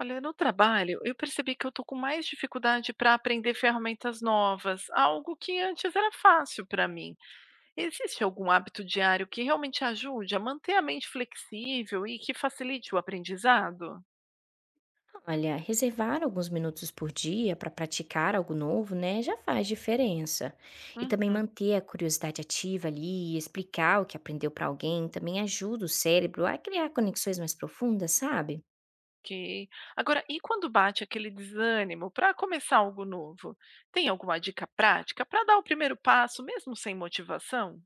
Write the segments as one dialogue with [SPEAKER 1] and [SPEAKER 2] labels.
[SPEAKER 1] Olha, no trabalho, eu percebi que eu estou com mais dificuldade para aprender ferramentas novas, algo que antes era fácil para mim. Existe algum hábito diário que realmente ajude a manter a mente flexível e que facilite o aprendizado?
[SPEAKER 2] Olha, reservar alguns minutos por dia para praticar algo novo, né, já faz diferença. E também
[SPEAKER 1] Uhum,
[SPEAKER 2] manter a curiosidade ativa ali, e explicar o que aprendeu para alguém, também ajuda o cérebro a criar conexões mais profundas, sabe?
[SPEAKER 1] ok. Agora, e quando bate aquele desânimo para começar algo novo? Tem alguma dica prática para dar o primeiro passo, mesmo sem motivação?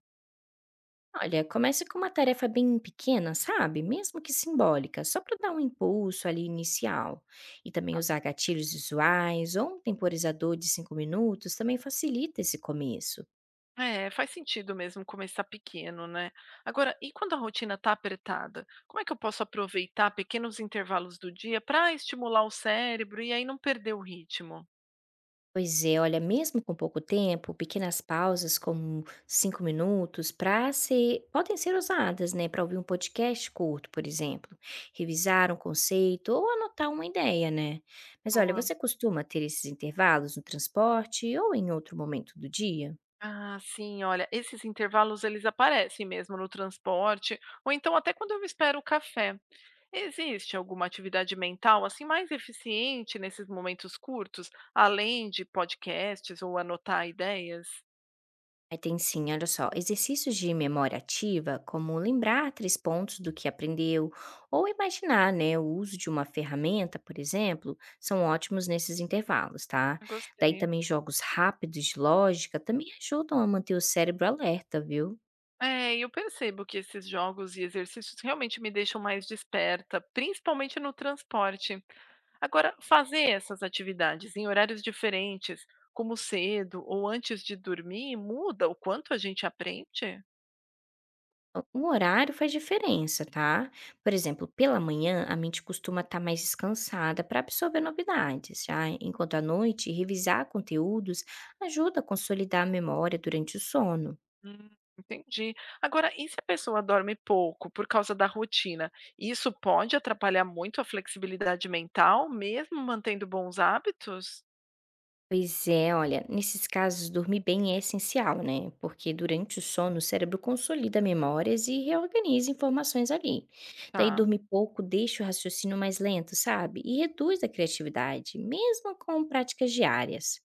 [SPEAKER 2] Olha, comece com uma tarefa bem pequena, sabe? Mesmo que simbólica, só para dar um impulso ali inicial. E também usar gatilhos visuais ou um temporizador de 5 minutos também facilita esse começo.
[SPEAKER 1] É, faz sentido mesmo começar pequeno, né? Agora, e quando a rotina está apertada? Como é que eu posso aproveitar pequenos intervalos do dia para estimular o cérebro e aí não perder o ritmo?
[SPEAKER 2] Pois é, olha, mesmo com pouco tempo, pequenas pausas como 5 minutos pra ser, podem ser usadas, né, para ouvir um podcast curto, por exemplo, revisar um conceito ou anotar uma ideia, né? Mas olha,
[SPEAKER 1] Boa.
[SPEAKER 2] você costuma ter esses intervalos no transporte ou em outro momento do dia?
[SPEAKER 1] Ah, sim, olha, esses intervalos eles aparecem mesmo no transporte, ou então até quando eu espero o café. Existe alguma atividade mental assim mais eficiente nesses momentos curtos, além de podcasts ou anotar ideias?
[SPEAKER 2] Aí tem sim, olha só, exercícios de memória ativa, como lembrar três pontos do que aprendeu, ou imaginar, né, o uso de uma ferramenta, por exemplo, são ótimos nesses intervalos, tá? Daí
[SPEAKER 1] Gostei.
[SPEAKER 2] também jogos rápidos de lógica também ajudam a manter o cérebro alerta, viu?
[SPEAKER 1] É, e eu percebo que esses jogos e exercícios realmente me deixam mais desperta, principalmente no transporte. Agora, fazer essas atividades em horários diferentes, como cedo ou antes de dormir, muda o quanto a gente aprende?
[SPEAKER 2] O horário faz diferença, tá? Por exemplo, pela manhã a mente costuma estar mais descansada para absorver novidades, já enquanto à noite revisar conteúdos ajuda a consolidar a memória durante o sono.
[SPEAKER 1] Hum, entendi. Agora, e se a pessoa dorme pouco por causa da rotina? Isso pode atrapalhar muito a flexibilidade mental, mesmo mantendo bons hábitos?
[SPEAKER 2] Pois é, olha, nesses casos dormir bem é essencial, né? Porque durante o sono o cérebro consolida memórias e reorganiza informações ali. Daí
[SPEAKER 1] Tá.
[SPEAKER 2] dormir pouco deixa o raciocínio mais lento, sabe? E reduz a criatividade, mesmo com práticas diárias.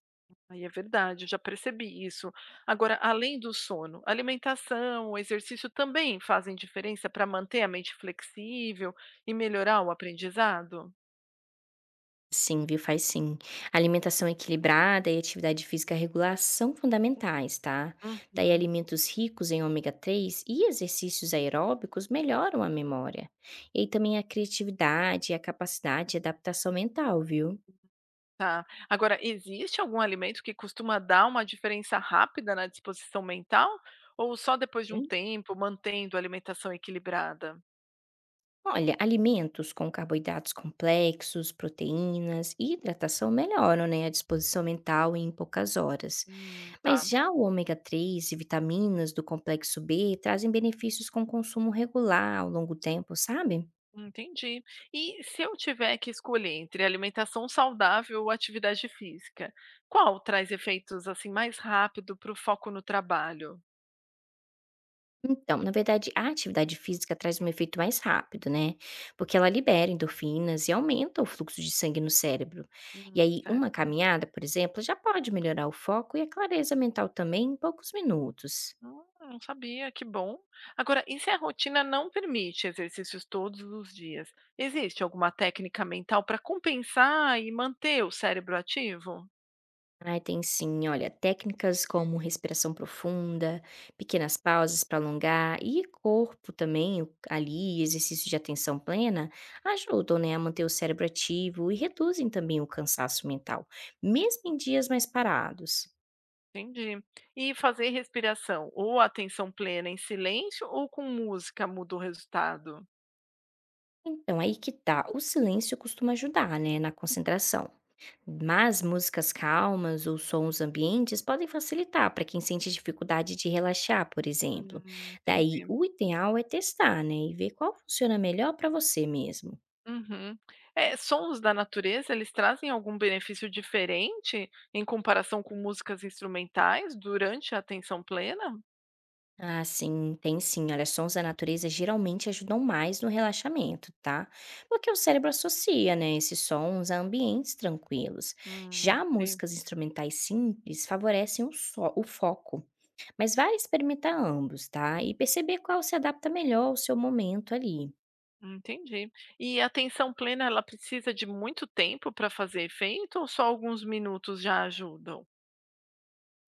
[SPEAKER 1] Aí é verdade, eu já percebi isso. Agora, além do sono, alimentação, exercício também fazem diferença para manter a mente flexível e melhorar o aprendizado?
[SPEAKER 2] Sim, viu? Faz sim. Alimentação equilibrada e atividade física regular são fundamentais, tá? Daí,
[SPEAKER 1] Uhum,
[SPEAKER 2] alimentos ricos em ômega 3 e exercícios aeróbicos melhoram a memória. E aí também a criatividade e a capacidade de adaptação mental, viu?
[SPEAKER 1] tá. Agora, existe algum alimento que costuma dar uma diferença rápida na disposição mental? Ou só depois de um
[SPEAKER 2] Hum?
[SPEAKER 1] tempo, mantendo a alimentação equilibrada?
[SPEAKER 2] Olha, alimentos com carboidratos complexos, proteínas e hidratação melhoram, né, a disposição mental em poucas horas. Mas
[SPEAKER 1] Tá.
[SPEAKER 2] já o ômega 3 e vitaminas do complexo B trazem benefícios com consumo regular ao longo do tempo, sabe?
[SPEAKER 1] Entendi. E se eu tiver que escolher entre alimentação saudável ou atividade física, qual traz efeitos assim mais rápido para o foco no trabalho?
[SPEAKER 2] Então, na verdade, a atividade física traz um efeito mais rápido, né? Porque ela libera endorfinas e aumenta o fluxo de sangue no cérebro. E aí, uma
[SPEAKER 1] Certo.
[SPEAKER 2] caminhada, por exemplo, já pode melhorar o foco e a clareza mental também em poucos minutos.
[SPEAKER 1] Não sabia, que bom. Agora, e se a rotina não permite exercícios todos os dias? Existe alguma técnica mental para compensar e manter o cérebro ativo?
[SPEAKER 2] Ai, tem sim. Olha, técnicas como respiração profunda, pequenas pausas para alongar e corpo também, ali, exercício de atenção plena, ajudam, né, a manter o cérebro ativo e reduzem também o cansaço mental, mesmo em dias mais parados.
[SPEAKER 1] Entendi. E fazer respiração ou atenção plena em silêncio ou com música muda o resultado?
[SPEAKER 2] Então, aí que tá, o silêncio costuma ajudar, né, na concentração. Mas músicas calmas ou sons ambientes podem facilitar para quem sente dificuldade de relaxar, por exemplo. Daí,
[SPEAKER 1] Entendi.
[SPEAKER 2] o ideal é testar, né, e ver qual funciona melhor para você mesmo.
[SPEAKER 1] Uhum. Sons da natureza, eles trazem algum benefício diferente em comparação com músicas instrumentais durante a atenção plena?
[SPEAKER 2] Ah, sim, tem sim. Olha, sons da natureza geralmente ajudam mais no relaxamento, tá? Porque o cérebro associa, né, esses sons a ambientes tranquilos. Já
[SPEAKER 1] En
[SPEAKER 2] músicas instrumentais simples favorecem o foco, mas vale experimentar ambos, tá? E perceber qual se adapta melhor ao seu momento ali.
[SPEAKER 1] entendi. E a atenção plena, ela precisa de muito tempo para fazer efeito ou só alguns minutos já ajudam?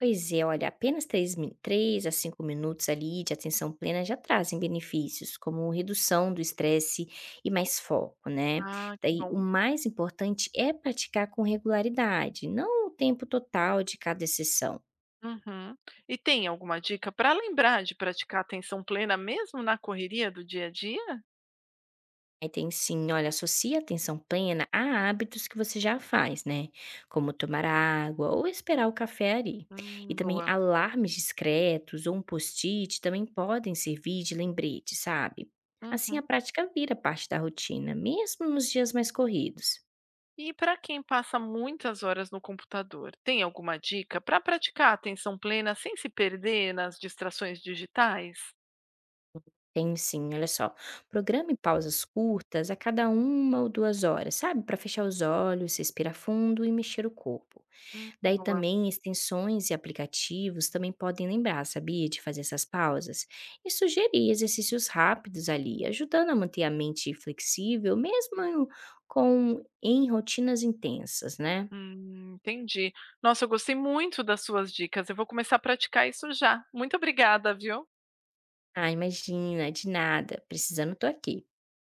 [SPEAKER 2] Pois é, olha, apenas 3 a 5 minutos ali de atenção plena já trazem benefícios, como redução do estresse e mais foco, né?
[SPEAKER 1] Ah, que
[SPEAKER 2] Daí, o
[SPEAKER 1] bom.
[SPEAKER 2] mais importante é praticar com regularidade, não o tempo total de cada sessão.
[SPEAKER 1] Uhum. E tem alguma dica para lembrar de praticar atenção plena mesmo na correria do dia a dia?
[SPEAKER 2] Aí tem sim, olha, associe a atenção plena a hábitos que você já faz, né? Como tomar água ou esperar o café ali. E também
[SPEAKER 1] Boa.
[SPEAKER 2] alarmes discretos ou um post-it também podem servir de lembrete, sabe? Assim a
[SPEAKER 1] Uhum.
[SPEAKER 2] prática vira parte da rotina, mesmo nos dias mais corridos.
[SPEAKER 1] E para quem passa muitas horas no computador, tem alguma dica para praticar a atenção plena sem se perder nas distrações digitais?
[SPEAKER 2] Tem sim, olha só. Programe pausas curtas a cada 1 ou 2 horas, sabe? Para fechar os olhos, respirar fundo e mexer o corpo. Daí
[SPEAKER 1] Boa.
[SPEAKER 2] também extensões e aplicativos também podem lembrar, sabia, de fazer essas pausas e sugerir exercícios rápidos ali, ajudando a manter a mente flexível, mesmo com em rotinas intensas, né?
[SPEAKER 1] Entendi. Nossa, eu gostei muito das suas dicas. Eu vou começar a praticar isso já. Muito obrigada, viu?
[SPEAKER 2] Ah, imagina, de nada, precisando tô aqui.